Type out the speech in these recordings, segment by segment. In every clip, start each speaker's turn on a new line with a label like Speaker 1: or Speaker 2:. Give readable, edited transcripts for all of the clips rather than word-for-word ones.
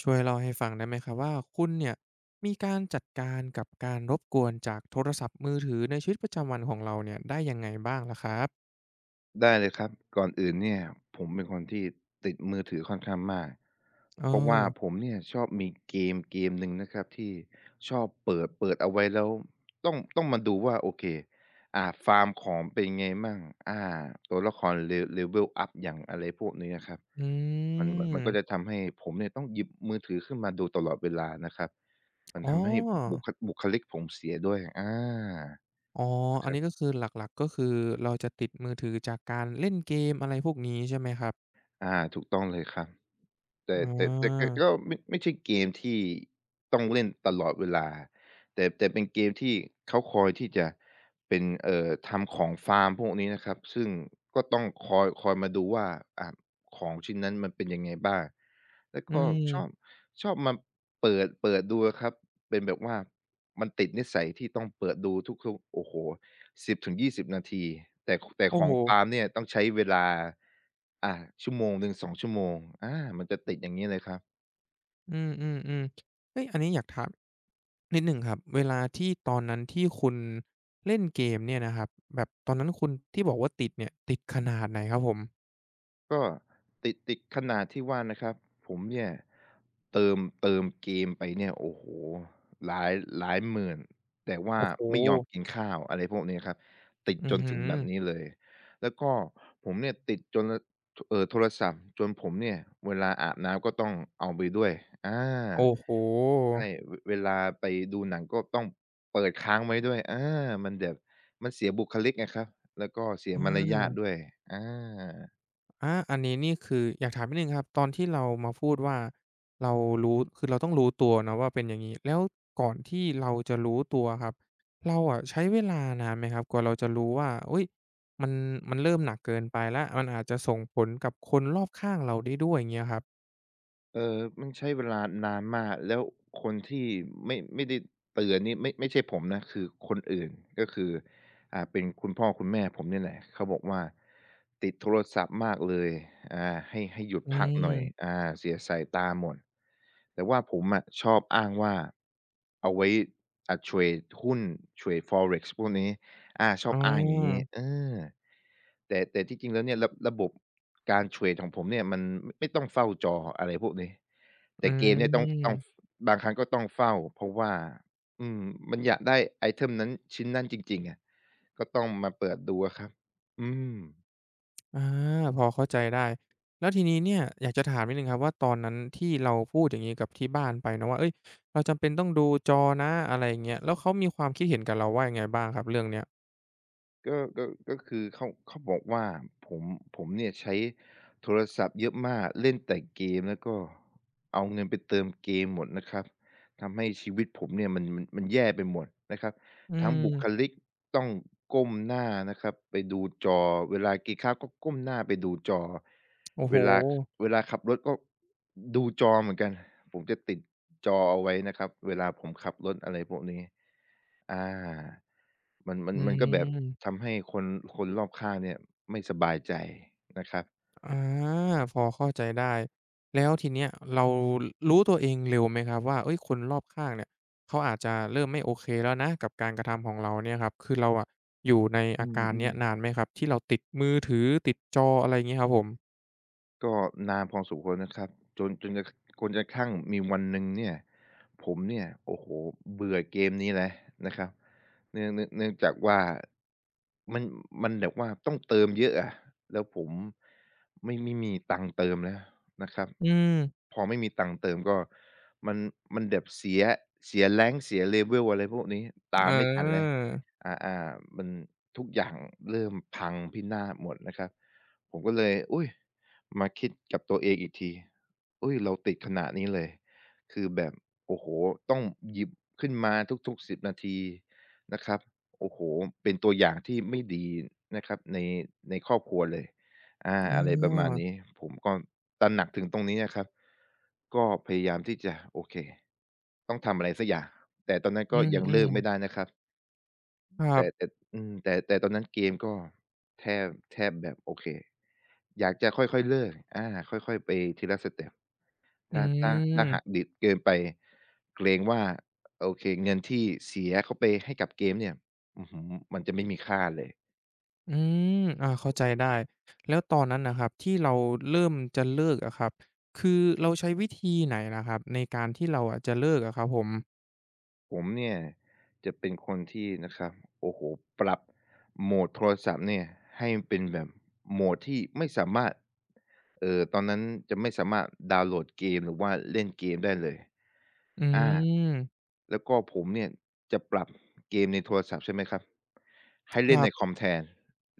Speaker 1: ช่วยเล่าให้ฟังได้ไหมครับว่าคุณเนี่ยมีการจัดการกับการรบกวนจากโทรศัพท์มือถือในชีวิตประจำวันของเราเนี่ยได้ยังไงบ้างล่ะครับ
Speaker 2: ได้เลยครับก่อนอื่นเนี่ยผมเป็นคนที่ติดมือถือค่อนข้างมาก
Speaker 1: เออ
Speaker 2: เพราะว่าผมเนี่ยชอบมีเกมหนึ่งนะครับที่ชอบเปิดเอาไว้แล้วต้องมาดูว่าโอเคฟาร์มของเป็นไงมั่งอ่าตัวละครเล level up อพอย่างอะไรพวกนี้นะครับ
Speaker 1: อื
Speaker 2: มันมัน
Speaker 1: ม
Speaker 2: มันก็จะทำให้ผมเนี่ยต้องหยิบมือถือขึ้นมาดูตลอดเวลานะครับมัน
Speaker 1: อ๋อ
Speaker 2: ทำให้บุคลิกผมเสียด้วยอา
Speaker 1: อ๋อ
Speaker 2: นะค
Speaker 1: อัน
Speaker 2: รั
Speaker 1: นี้ก็
Speaker 2: บ
Speaker 1: คือหลักๆก็คือเราจะติดมือถือจากการเล่นเกมอะไรพวกนี้ใช่ไหมครับ
Speaker 2: อาถูกต้องเลยครับ
Speaker 1: อ
Speaker 2: แต่
Speaker 1: า
Speaker 2: ก็ไม่ใช่เกมที่ต้องเล่นตลอดเวลาแต่เป็นเกมที่เขาคอยที่จะเป็นทำของฟาร์มพวกนี้นะครับซึ่งก็ต้องคอยมาดูว่าอ่าของชิ้นนั้นมันเป็นยังไงบ้างแล้ว
Speaker 1: อื
Speaker 2: ก็ชอบ
Speaker 1: ม
Speaker 2: ชอบมาเปิดดูอะครับเป็นแบบว่ามันติดนิสัยที่ต้องเปิดดูทุกๆโอ้โฮสิบถึงยี่สิบนาทีแต่ข
Speaker 1: โอ้
Speaker 2: อ
Speaker 1: โฮ
Speaker 2: งฟาร์มเนี่ยต้องใช้เวลา อ่าชั่วโมงหนึ่ง2ชั่วโมงอามันจะติดอย่างงี้เลยครับ
Speaker 1: อืมๆๆเฮ้ยอันนี้อยากถาม นิดหนึ่งครับเวลาที่ตอนนั้นที่คุณเล่นเกมเนี่ยนะครับแบบตอนนั้นคุณที่บอกว่าติดเนี่ยติดขนาดไหนครับผม
Speaker 2: ก็ติดขนาดที่ว่านะครับผมเนี่ยเติมเกมไปเนี่ยโอ้โฮหลายหลายหมื่นแต่ว่า
Speaker 1: โอ้โฮ
Speaker 2: ไม่ยอมกินข้าวอะไรพวกนี้ครับติด
Speaker 1: อื้
Speaker 2: จ
Speaker 1: อ
Speaker 2: น
Speaker 1: ฮื
Speaker 2: ถึงแบ
Speaker 1: อ
Speaker 2: บนี้เลยแล้วก็ผมเนี่ยติดจนโทรศัพท์จนผมเนี่ยเวลาอาบน้ำก็ต้องเอาไปด้วยอา
Speaker 1: โอ้โฮ
Speaker 2: ใช่เวลาไปดูหนังก็ต้องเปิดค้างไว้ด้วยอามันแบบมันเสียบุคลิกไะครับแล้วก็เสีย
Speaker 1: อ
Speaker 2: มารยาท
Speaker 1: า
Speaker 2: ด้วยอา
Speaker 1: อาอันนี้นี่คืออยากถามนิดหนึ่งครับตอนที่เรามาพูดว่าเรารู้คือเราต้องรู้ตัวเนาะว่าเป็นอย่างงี้แล้วก่อนที่เราจะรู้ตัวครับเราอะใช้เวลานานไหมครับกว่าเราจะรู้ว่าอุ๊ยมันมันเริ่มหนักเกินไปแล้วมันอาจจะส่งผลกับคนรอบข้างเราได้ด้วยอย่างเงี้ยครับ
Speaker 2: เออมันใช้เวลานานมากแล้วคนที่ไม่ได้เตือนนี่ไม่ใช่ผมนะคือคนอื่นก็คือเป็นคุณพ่อคุณแม่ผมเนี่ยแหละเขาบอกว่าติดโทรศัพท์มากเลยให้หยุด
Speaker 1: อื
Speaker 2: พักหน่อย
Speaker 1: ม
Speaker 2: เสียสายตาหมด แต่ว่าผมอะชอบอ้างว่าเอาไว้เทรดหุ้นเทรด Forex พวกนี้อาชอ
Speaker 1: อ๋
Speaker 2: บอ้างอย่างงี้
Speaker 1: อ
Speaker 2: เออ แต่ที่จริงแล้วเนี่ยระบบการเทรดของผมเนี่ยมันไม่ต้องเฝ้าจออะไรพวกนี้
Speaker 1: อื
Speaker 2: แต่เกมเนี่ยต้อง
Speaker 1: ม
Speaker 2: บางครั้งก็ต้องเฝ้าเพราะว่าอืมมันอยากได้ไอเทมนั้นชิ้นนั้นจริงๆอะก็ต้องมาเปิดดูอะครับอืม
Speaker 1: อาพอเข้าใจได้ แล้วทีนี้เนี่ยอยากจะถามนิดหนึ่งครับว่าตอนนั้นที่เราพูดอย่างงี้กับที่บ้านไปเนาะว่าเฮ้ยเราจำเป็นต้องดูจอนะอะไรอย่างเงี้ยแล้วเขามีความคิดเห็นกับเราว่ายังไงบ้างครับเรื่องเนี้ย
Speaker 2: ก็ก็คือเขาบอกว่าผมเนี่ยใช้โทรศัพท์เยอะมากเล่นแต่เกมแล้วก็เอาเงินไปเติมเกมหมดนะครับทำให้ชีวิตผมเนี่ยมันแย่ไปหมดนะครับ
Speaker 1: อื
Speaker 2: ทั้ง
Speaker 1: ม
Speaker 2: บุคลิกต้องก้มหน้านะครับไปดูจอเวลากินข้าวก็ก้มหน้าไปดูจอ
Speaker 1: โอ้โฮ
Speaker 2: เวลาเวลาขับรถก็ดูจอเหมือนกันผมจะติดจอเอาไว้นะครับเวลาผมขับรถอะไรพวกนี้ อามันมัน
Speaker 1: อื
Speaker 2: มันก็แบบ
Speaker 1: ม
Speaker 2: ทำให้คนรอบข้างเนี่ยไม่สบายใจนะครับ
Speaker 1: อาพอเข้าใจได้แล้วทีเนี้ยเรารู้ตัวเองเร็วไหมครับว่าเฮ้ยคนรอบข้างเนี่ยเขาอาจจะเริ่มไม่โอเคแล้วนะกับการกระทำของเราเนี่ยครับคือเราอะอยู่ใน
Speaker 2: อื
Speaker 1: อาการเนี้
Speaker 2: ม
Speaker 1: ยนา
Speaker 2: ๆ
Speaker 1: นไหมครับที่เราติดมือถือติดจออะไรอย่างงี้ครับผม
Speaker 2: ก็นานพอสมควรนะครับจนจนกระจนกระทั่งมีวันหนึ่งเนี่ยผมเนี่ยโอ้โหเบื่อเกมนี้แล้วนะครับเนื่องจากว่ามันมันแบบว่าต้องเติมเยอะอะแล้วผมไม่มีตังค์เติมแล้วนะครับ
Speaker 1: อืม
Speaker 2: พอไม่มีตังค์เติมก็มันมันแบบเสียแ a งเสียเล v e ลอะไรพวกนี้ตาม
Speaker 1: อา
Speaker 2: ไม่ทันแล้วอ่าๆมันทุกอย่างเริ่มพังพินาศหมดนะครับผมก็เลยอุ้ย มาคิดกับตัวเองอีกทีเฮ้ยเราติดขนาดนี้เลยคือแบบโอ้โฮต้องหยิบขึ้นมาทุกๆ10นาทีนะครับโอ้โฮเป็นตัวอย่างที่ไม่ดีนะครับในครอบครัวเลยอา
Speaker 1: อ๋อ
Speaker 2: อะไรประมาณนี้ผมก็ตระหนักถึงตรงนี้นะครับ ก็พยายามที่จะโอเคต้องทำอะไรสักอย่างแต่ตอนนั้น
Speaker 1: อื
Speaker 2: ก็ยังเลิก
Speaker 1: ม
Speaker 2: ไม่ได้
Speaker 1: ๆ
Speaker 2: นะครับ
Speaker 1: ครั
Speaker 2: แต่
Speaker 1: บ
Speaker 2: อืมแต่ตอนนั้นเกมก็แทบแบบโอเคอยากจะค่อยๆเลิกอาค่อยๆไปทีละสเต็ป
Speaker 1: อื
Speaker 2: ถ้าหั
Speaker 1: ม
Speaker 2: กดิบเกินไปเกรงว่าโอเคเงินที่เสียเข้าไปให้กับเกมเนี่ยอื้อฮือมันจะไม่มีค่าเลย
Speaker 1: อืมอาเข้าใจได้ แล้วตอนนั้นน่ะครับที่เราเริ่มจะเลิกอะครับ คือเราใช้วิธีไหนล่ะครับในการที่เราอะจะเลิกอะครับผม
Speaker 2: ผมเนี่ยจะเป็นคนที่นะครับโอ้โฮปรับโหมดโทรศัพท์เนี่ยให้มันเป็นแบบโหมดที่ไม่สามารถตอนนั้นจะไม่สามารถดาวน์โหลดเกมหรือว่าเล่นเกมได้เลย
Speaker 1: อื
Speaker 2: อา
Speaker 1: ม
Speaker 2: แล้วก็ผมเนี่ยจะปรับเกมในโทรศัพท์ใช่ไหมครับให้
Speaker 1: ค
Speaker 2: เล่น
Speaker 1: รั
Speaker 2: ในคอ
Speaker 1: บ
Speaker 2: มแทน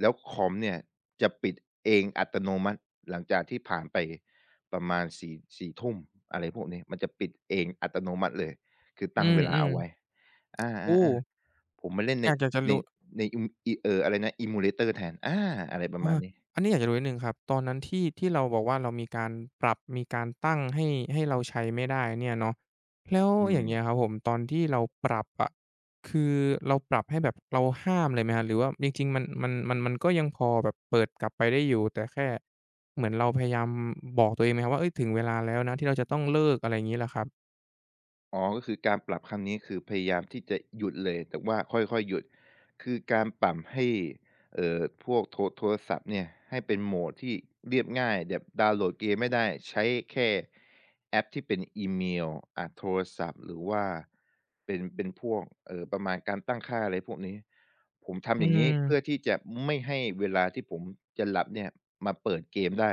Speaker 2: แล้วคอมเนี่ยจะปิดเองอัตโนมัติหลังจากที่ผ่านไปประมาณ สี่ทุ่มอะไรพวกนี้มันจะปิดเองอัตโนมัติเลยคือ
Speaker 1: อื
Speaker 2: ตั้งเวลา
Speaker 1: ม
Speaker 2: เอาไว้
Speaker 1: ๆ
Speaker 2: อ
Speaker 1: โอ้
Speaker 2: าๆๆผมมาเล่น
Speaker 1: อ
Speaker 2: ใน
Speaker 1: ยากอยากจะ
Speaker 2: ใน
Speaker 1: รู้
Speaker 2: ในอะไรนะ Emulator แทนอาอะไรประมาณ
Speaker 1: อา
Speaker 2: นี้
Speaker 1: อันนี้อยากจะรู้นิดหนึ่งครับตอนนั้นที่เราบอกว่าเรามีการปรับมีการตั้งให้เราใช้ไม่ได้เนี่ยเนาะแล้ว
Speaker 2: อื
Speaker 1: อ
Speaker 2: ม
Speaker 1: ย่างเงี้ยครับผมตอนที่เราปรับอะคือเราปรับให้แบบเราห้ามเลยไหมครับหรือว่าจริงๆมันก็ยังพอแบบเปิดกลับไปได้อยู่แต่แค่เหมือนเราพยายามบอกตัวเองไหมครับว่าเฮ้ยถึงเวลาแล้วนะที่เราจะต้องเลิกอะไรอย่างงี้เหรอครับ
Speaker 2: อ๋อก็คือการปรับครั้งนี้คือพยายามที่จะหยุดเลยแต่ว่าค่อยๆหยุดคือการปรับให้พวกโทรศัพท์เนี่ยให้เป็นโหมดที่เรียบง่ายแบบดาวน์โหลดเกมไม่ได้ใช้แค่แอปที่เป็นอีเมลโทรศัพท์หรือว่าเป็นพวกประมาณการตั้งค่าอะไรพวกนี้ ผมทำ
Speaker 1: อื
Speaker 2: อย่างงี้เพื่อ
Speaker 1: ม
Speaker 2: ที่จะไม่ให้เวลาที่ผมจะหลับเนี่ยมาเปิดเกมได้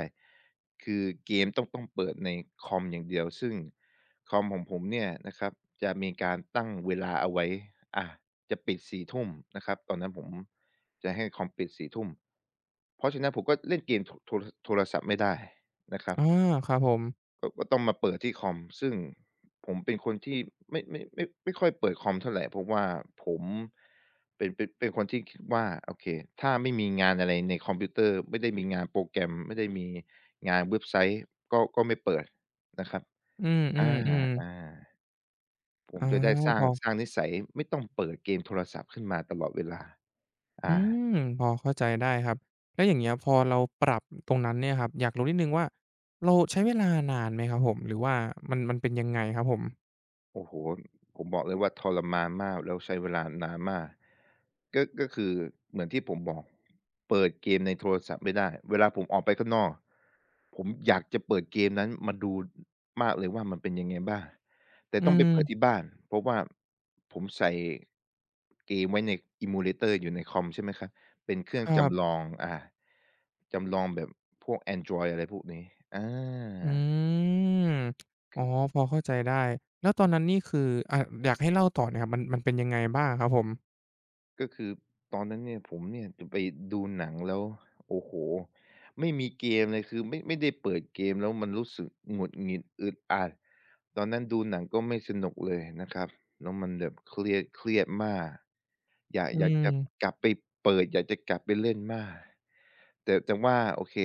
Speaker 2: คือเกมต้องเปิดในคอมอย่างเดียวซึ่ง คอมของผมเนี่ยนะครับจะมีการตั้งเวลาเอาไว้อ่าจะปิด4ทุ่มนะครับตอนนั้นผมจะให้คอมปิด4ทุ่มเพราะฉะนั้นผมก็เล่นเกมโทรศัพท์ไม่ได้นะครับ
Speaker 1: อาครับผม
Speaker 2: ก็ต้องมาเปิดที่คอมซึ่งผมเป็นคนที่ไม่ค่อยเปิดคอมเท่าไรเพราะว่าผมเป็นคนที่คิดว่าโอเคถ้าไม่มีงานอะไรในคอมพิวเตอร์ไม่ได้มีงานโปรแกรมไม่ได้มีงานเว็บไซต์ก็ไม่เปิดนะครับ
Speaker 1: อื
Speaker 2: อา
Speaker 1: มๆๆ
Speaker 2: ๆ ผม
Speaker 1: อา
Speaker 2: จะได้สร้า
Speaker 1: พ
Speaker 2: ง
Speaker 1: อ
Speaker 2: สร้างนิสัยไม่ต้องเปิดเกมโทรศัพท์ขึ้นมาตลอดเวลา
Speaker 1: อื
Speaker 2: อา
Speaker 1: มพอเข้าใจได้ครับแล้วอย่างเงี้ยพอเราปรับตรงนั้นเนี่ยครับอยากรู้นิดนึ่งว่าเราใช้เวลานานไหมครับผมหรือว่ามันเป็นยังไงครับผม
Speaker 2: โอ้โฮผมบอกเลยว่าทรมานมากแล้วใช้เวลานานมากก็คือเหมือนที่ผมบอกเปิดเกมในโทรศัพท์ไม่ได้เวลาผมออกไปข้างนอกผมอยากจะเปิดเกมนั้นมาดูมากเลยว่ามันเป็นยังไงบ้างแต่
Speaker 1: อื
Speaker 2: ต้องไป
Speaker 1: ม
Speaker 2: เปิดที่บ้านเพราะว่าผมใส่เกมไว้ใน Emulator อยู่ในคอมใช่ไหมครับเป็นเครื่
Speaker 1: ค
Speaker 2: อง
Speaker 1: รั
Speaker 2: จำลอ
Speaker 1: บ
Speaker 2: งอาจำลองแบบพวกแอนดรอยด์อะไรพวกนี้อ
Speaker 1: อื
Speaker 2: า
Speaker 1: มอ๋อพอเข้าใจได้แล้วตอนนั้นนี่คืออ่ะอยากให้เล่าต่อนอครับมันเป็นยังไงบ้างครับผม
Speaker 2: ก็คือตอนนั้นเนี่ยผมเนี่ยจะไปดูหนังแล้วโอ้โหไม่มีเกมเลยคือไม่ได้เปิดเกมแล้วมันรู้สึกหงุดหงิดอึดอัดตอนนั้นดูหนังก็ไม่สนุกเลยนะครับแล้วมันแบบเครียดมากอยาก
Speaker 1: อื
Speaker 2: อยาก
Speaker 1: ม
Speaker 2: จะกลับไปเปิดอยากจะกลับไปเล่นมากแต่ว่าโอเค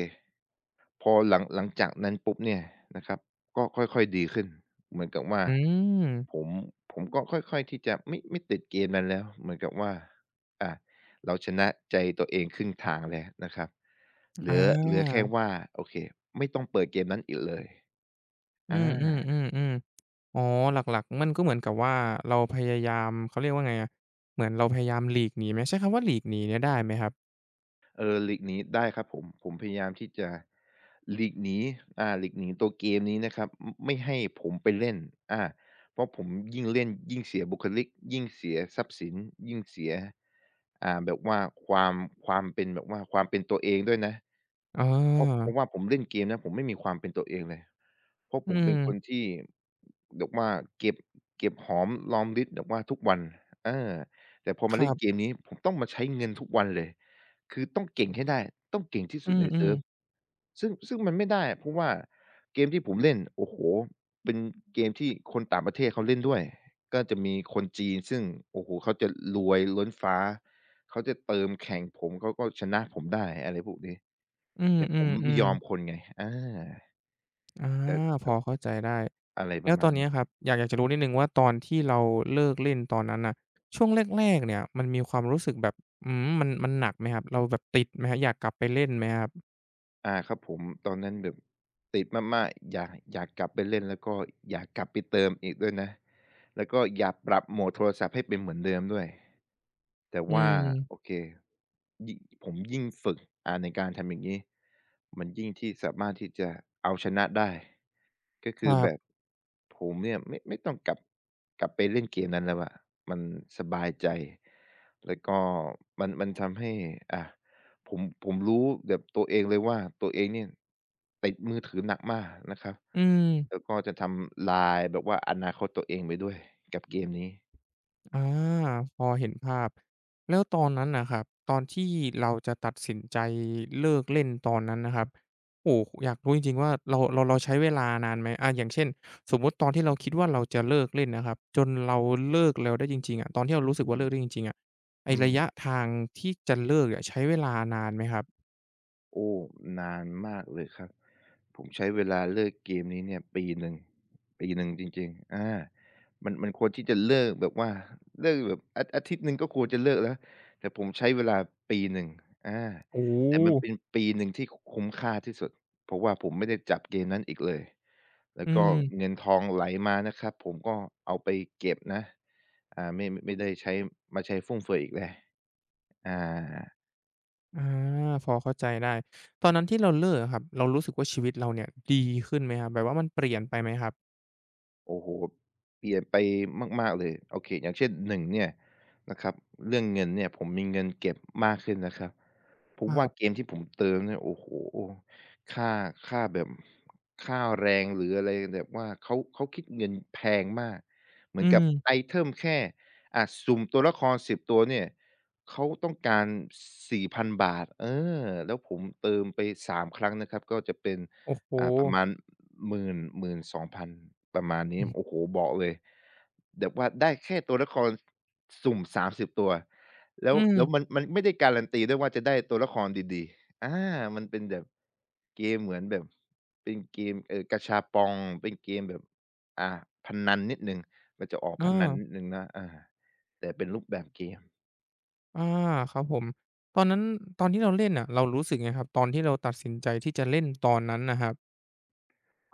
Speaker 2: พอหลังจากนั้นปุ๊บเนี่ยนะครับก็ค่อยๆดีขึ้นเหมือนกับว่า
Speaker 1: อืม
Speaker 2: ผมผมก็ค่อยๆที่จะไม่ติดเกมนั้นแล้วเหมือนกับว่า อะเราชนะใจตัวเองครึ่งทางแล้วนะครับเห
Speaker 1: อ
Speaker 2: ลือเหลือแค่
Speaker 1: า
Speaker 2: ว่าโอเคไม่ต้องเปิดเกมนั้นอีกเลย
Speaker 1: อื
Speaker 2: อ
Speaker 1: มอืมอ
Speaker 2: า
Speaker 1: มอืมอ๋อหลักๆมันก็เหมือนกับว่าเราพยายามเขาเรียกว่าไงอะเหมือนเราพยายามหลีกหนีไหมใช้คำว่าหลีกหนีเนี่ยได้ไหมครับ
Speaker 2: เออหลีกหนีได้ครับผมพยายามที่จะหลีกหนีหลีกหนีตัวเกมนี้นะครับอไม่ให้ผมไปเล่นอาเพราะผมยิ่งเล่นยิ่งเสียบุคลิกยิ่งเสียทรัพย์สินยิ่งเสียแบบว่าความความเป็นแบบว่าความเป็นตัวเองด้วยนะ
Speaker 1: อา
Speaker 2: เพราะว่าผมเล่นเกมนะผมไม่มีความเป็นตัวเองเลยเพราะ
Speaker 1: อื
Speaker 2: ผมเป็นคน
Speaker 1: ม
Speaker 2: ที่แบบว่าเก็บเก็บหอมรอมริบแบบว่าทุกวันเออแต่พอ
Speaker 1: ค
Speaker 2: มาเล่
Speaker 1: รั
Speaker 2: นเก
Speaker 1: บ
Speaker 2: มนี้ผมต้องมาใช้เงินทุกวันเลย คือต้องเก่งให้ได้ต้องเก่งที่สุ
Speaker 1: อื
Speaker 2: ดใน
Speaker 1: ม
Speaker 2: เซิร์ฟ
Speaker 1: ๆ
Speaker 2: ซึ่งมันไม่ได้เพราะว่าเกมที่ผมเล่นโอ้โฮเป็นเกมที่คนต่างประเทศเขาเล่นด้วยก็จะมีคนจีนซึ่งโอ้โฮเขาจะรวยล้นฟ้าเขาจะเติมแข่งผมเขาก็ชนะผมได้อะไรพวกนี้
Speaker 1: อื
Speaker 2: แต่ผมไม่
Speaker 1: ม
Speaker 2: ยอม
Speaker 1: ๆ
Speaker 2: ค
Speaker 1: ๆ
Speaker 2: นไงอา
Speaker 1: อ
Speaker 2: แต่
Speaker 1: าพ
Speaker 2: แบ
Speaker 1: อ
Speaker 2: บ
Speaker 1: เข้าใจได้
Speaker 2: อะไรป
Speaker 1: แล้
Speaker 2: ระ
Speaker 1: วต
Speaker 2: มา
Speaker 1: อ
Speaker 2: ณ
Speaker 1: นเนี้
Speaker 2: นี้
Speaker 1: ยครับอยากจะรู้นิดหนึ่งว่าตอนที่เราเลิกเล่นตอนนั้นน่ะช่วงแรกๆเนี่ยมันมีความรู้สึกแบบอืมมันหนักไหมครับเราแบบติดไหมครับอยากกลับไปเล่นไหมครับ
Speaker 2: อาครับผมตอนนั้นแบบติดมากๆอยากกลับไปเล่นแล้วก็อยากกลับไปเติมอีกด้วยนะแล้วก็อยากปรับโหมดโทรศัพท์ให้เป็นเหมือนเดิมด้วยแต่
Speaker 1: อื
Speaker 2: ว่าโอ
Speaker 1: ม
Speaker 2: เคยิ่งผมยิ่งฝึกในการทำอย่างงี้มันยิ่งที่สามารถที่จะเอาชนะได้ก็
Speaker 1: ค
Speaker 2: คือ
Speaker 1: รั
Speaker 2: แบบ
Speaker 1: บ
Speaker 2: ผมเนี่ยไม่ต้องกลับกลับไปเล่นเกมนั้นแล้วอะมันสบายใจแล้วก็มันมันทำให้อ่า ผมรู้แบบตัวเองเลยว่าตัวเองเนี่ยติดมือถือหนักมากนะครับ
Speaker 1: อืม
Speaker 2: แล้วก็จะทำลายแบบว่าอนาคตตัวเองไปด้วยกับเกมนี้
Speaker 1: อาพอเห็นภาพแล้วตอนนั้นน่ะครับตอนที่เราจะตัดสินใจเลิกเล่นตอนนั้นนะครับโอ้โฮอยากรู้จริงๆว่าเราใช้เวลานานไหมอาอย่างเช่นสมมุติตอนที่เราคิดว่าเราจะเลิกเล่นนะครับจนเราเลิกแล้วได้จริงๆอะตอนที่เรารู้สึ
Speaker 2: อื
Speaker 1: กว่าเลิกได้
Speaker 2: ม
Speaker 1: จริงๆอะไอ้
Speaker 2: อื
Speaker 1: ระยะ
Speaker 2: ม
Speaker 1: ทางที่จะเลิกอะใช้เวลานานไหมครับ
Speaker 2: โอ้นานมากเลยครับ ผมใช้เวลาเลิกเกมนี้เนี่ยปีหนึ่งปีหนึ่งจริงๆอามันมันควรที่จะเลิกแบบว่าเลิกแบบอาอาทิตย์หนึ่งก็ควรจะเลิกแล้ว แต่ผมใช้เวลาปีหนึ่งอา
Speaker 1: โอ้โฮ
Speaker 2: แต่มันเป็นปีหนึ่งที่คุ้มค่าที่สุดเพราะว่าผมไม่ได้จับเกมนั้นอีกเลย แล้
Speaker 1: อื
Speaker 2: วก็เงิน
Speaker 1: ม
Speaker 2: ทองไหลมานะครับผมก็เอาไปเก็บนะอ่าไม่ได้ใช้มาใช้ฟุ่มเฟือยอีกแล้วอา
Speaker 1: อาพอเข้าใจได้ตอนนั้นที่เราเลิกอะครับเรารู้สึกว่าชีวิตเราเนี่ยดีขึ้นไหมครับแบบว่ามันเปลี่ยนไปไหมครับ
Speaker 2: โอ้โฮเปลี่ยนไปมากๆเลยโอเคอย่างเช่น1เนี่ยนะครับเรื่องเงินเนี่ยผมมีเงินเก็บมากขึ้นนะครับเพ
Speaker 1: ค
Speaker 2: ราะ
Speaker 1: รั
Speaker 2: ว่าเกม
Speaker 1: บ
Speaker 2: ที่ผมเติมเนี่ยโอ้โฮค่าค่าแบบค่าแรงหรืออะไรแบบว่าเขาคิดเงินแพงมากเหมื
Speaker 1: อื
Speaker 2: อนกับไอ
Speaker 1: ม
Speaker 2: เทมแค่อะสุ่มตัวละคร10ตัวเนี่ยเขาต้องการ4,000บาทแล้วผมเติมไป3ครั้งนะครับก็จะเป็น
Speaker 1: โอ้โฮ
Speaker 2: ประมาณ หมื่น2 0 0 0ประมาณนี้
Speaker 1: อ
Speaker 2: โอ้โฮบอกเลยแบบว่าได้แค่ตัวละครสุ่ม30ตัวแล้ว
Speaker 1: ืม
Speaker 2: แล้วมันไม่ได้การันตีด้วยว่าจะได้ตัวละครดีๆมันเป็นแบบเกมเหมือนแบบเป็นเกมกาชาปองเป็นเกมแบบอ่าพนันนิดหนึ่งมันจะออก
Speaker 1: เอ
Speaker 2: พนัน
Speaker 1: อ
Speaker 2: นิดหนึ่งนะแต่เป็นรูปแบบเกม
Speaker 1: อาครับผม ตอนนั้นตอนที่เราเล่นน่ะเรารู้สึกไงครับ ตอนที่เราตัดสินใจที่จะเล่นตอนนั้นน่ะครับ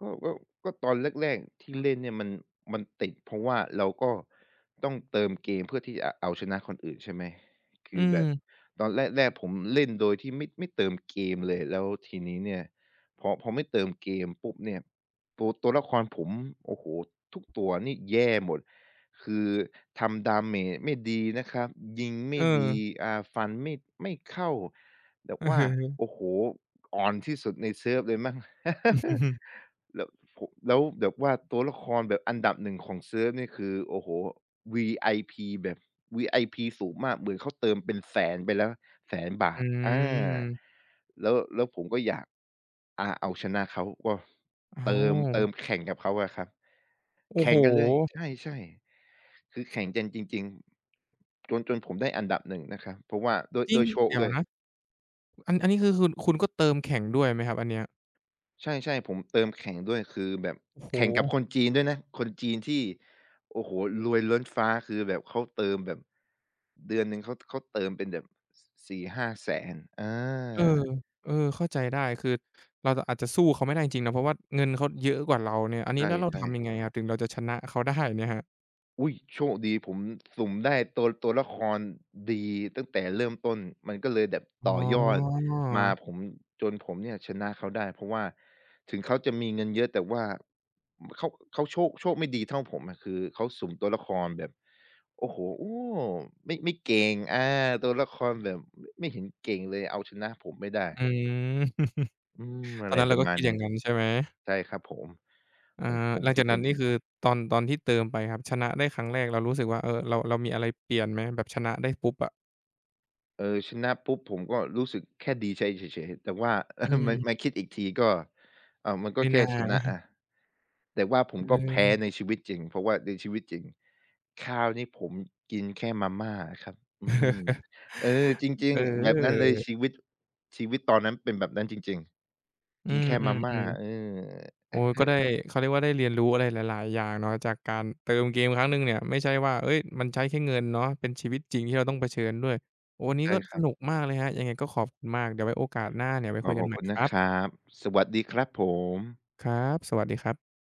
Speaker 2: ก็ก็ก็ตอนแรกๆที่เล่นเนี่ยมันติดเพราะว่าเราก็ต้องเติมเกมเพื่อที่จะเอาชนะคนอื่นใช่ไหม
Speaker 1: อื
Speaker 2: คือแบ
Speaker 1: ม
Speaker 2: บตอนแรกๆผมเล่นโดยที่ไม่เติมเกมเลยแล้วทีนี้เนี่ยพอไม่เติมเกมปุ๊บเนี่ยตัวละครผมโอ้โฮทุกตัวนี่แย่หมดคือทำ damage ไม่ดีนะครับยิงไม่
Speaker 1: เออ
Speaker 2: ดีฟันไม่เข้าแบ บว่า
Speaker 1: อือ
Speaker 2: โอ้โฮอ่อนที่สุดในเซิร์ฟเลยมั้ง แล้วผมแล้วแบบว่าตัวละครแบบอันดับหนึ่งของเซิร์ฟนี่คือโอ้โฮ VIP แบบ VIP สูงมากเหมือนเขาเติมเป็นแสนไปแล้วแสนบา
Speaker 1: อื
Speaker 2: ท
Speaker 1: ม
Speaker 2: แล้วผมก็อยากเอาชนะเขาก็
Speaker 1: อ้า
Speaker 2: เติ
Speaker 1: ว
Speaker 2: มเติมแข่งกับเขาอะครับ
Speaker 1: โอ้
Speaker 2: แข่
Speaker 1: โฮ
Speaker 2: งกันเลยใช่ๆคือแข่งกันจริงๆจนผมได้อันดับหนงนะครับเพราะว่าด้วย
Speaker 1: จริง
Speaker 2: ด้วยโชค
Speaker 1: เดี๋ยว
Speaker 2: ด้วย
Speaker 1: นะอันนี้คือคุณก็เติมแข่งด้วยไหมครับอันเนี้ย
Speaker 2: ใช่ๆผมเติมแข่งด้วยคือแบบ
Speaker 1: โอ้โฮ
Speaker 2: แข่งกับคนจีนด้วยนะคนจีนที่โอ้โฮรวยล้นฟ้าคือแบบเขาเติมแบบเดือนหนึ่งเขาเติมเป็นแบบสสีห้าแสนอ
Speaker 1: เออ
Speaker 2: า
Speaker 1: เออเข้าใจได้ คือเราจะอาจจะสู้เขาไม่ได้จริงๆนะเพราะว่าเงินเขาเยอะกว่าเราเนี่ยอัน
Speaker 2: ใ
Speaker 1: นี้แล้วเรา
Speaker 2: ช่
Speaker 1: ทำยังไง
Speaker 2: ๆ
Speaker 1: ครับถึงเราจะชนะเขาได้เนี่ยครับ
Speaker 2: อุ๊ยโชคดีผมสุ่มได้ตัวละครดีตั้งแต่เริ่มต้นมันก็เลยแบบต่อ
Speaker 1: อ๋
Speaker 2: ยอด
Speaker 1: อ
Speaker 2: มาผมจนผมเนี่ยชนะเขาได้เพราะว่าถึงเขาจะมีเงินเยอะแต่ว่าเขาเขาโชคไม่ดีเท่าผมอะคือเขาสุ่มตัวละครแบบโอ้โฮไม่เก่งตัวละครแบบไม่เห็นเก่งเลยเอาชนะผมไม่ได้
Speaker 1: อืม ต
Speaker 2: อะ
Speaker 1: อน
Speaker 2: ไร
Speaker 1: นั้น
Speaker 2: ป
Speaker 1: เรา
Speaker 2: ระ
Speaker 1: ก็
Speaker 2: มา
Speaker 1: คิ
Speaker 2: ณ
Speaker 1: ดอย่า
Speaker 2: นี้
Speaker 1: งนั้นใช่ไหม
Speaker 2: ใช่ครับผม
Speaker 1: อ
Speaker 2: ผม
Speaker 1: า
Speaker 2: ผม
Speaker 1: หลัง
Speaker 2: คิ
Speaker 1: จา
Speaker 2: ด
Speaker 1: ก
Speaker 2: อ
Speaker 1: นั้น
Speaker 2: ย่าง
Speaker 1: นี่
Speaker 2: งี้น
Speaker 1: คือตอนที่เติมไปครับชนะได้ครั้งแรกเรารู้สึกว่าเออเรามีอะไรเปลี่ยนไหมแบบชนะได้ปุ๊บอะ
Speaker 2: เออชนะปุ๊บผมก็รู้สึกแค่ดีใจเฉยๆแต่ว่า เออ
Speaker 1: อื
Speaker 2: มา
Speaker 1: ม
Speaker 2: คิดอีกทีก็อ้าวมันก็
Speaker 1: ไม่
Speaker 2: แค่
Speaker 1: น่า
Speaker 2: ชนะ
Speaker 1: นะ
Speaker 2: อะแต่ว่าผ
Speaker 1: เ
Speaker 2: มก็แพ้ใน
Speaker 1: ออ
Speaker 2: ชีวิตจริงเพราะว่าในชีวิตจริงข้าวนี่ผมกินแค่มาม่าอะครับอืมเออจริ
Speaker 1: เ
Speaker 2: งๆแบบนั้นเล
Speaker 1: ออ
Speaker 2: ยชีวิตตอนนั้นเป็นแบบนั้นจริงๆ
Speaker 1: อื
Speaker 2: กินแค่มาม่า
Speaker 1: มๆๆโอ้ก็ได้เขาเรียกว่าได้เรียนรู้อะไรหลายๆอย่างเนาะจากการเติมเกมครั้งหนึ่งเนี่ยไม่ใช่ว่าเฮ้ยมันใช้แค่เงินเนาะเป็นชีวิตจริงที่เราต้องเผชิญด้วยโอ้วันนี้
Speaker 2: ใช่
Speaker 1: ก็
Speaker 2: ค
Speaker 1: ส
Speaker 2: รั
Speaker 1: นุก
Speaker 2: บ
Speaker 1: มากเลยครับยังไงก็ขอบคุณมากเดี๋ยวไว้โอกาสหน้าเนี่ยไว้
Speaker 2: ขอ
Speaker 1: คุ
Speaker 2: บ
Speaker 1: ย
Speaker 2: ข
Speaker 1: กัน
Speaker 2: อบ
Speaker 1: ใหม่
Speaker 2: คุณ
Speaker 1: ค
Speaker 2: นะ
Speaker 1: รับ
Speaker 2: ครับสวัสดีครับผม
Speaker 1: ครับสวัสดีครับ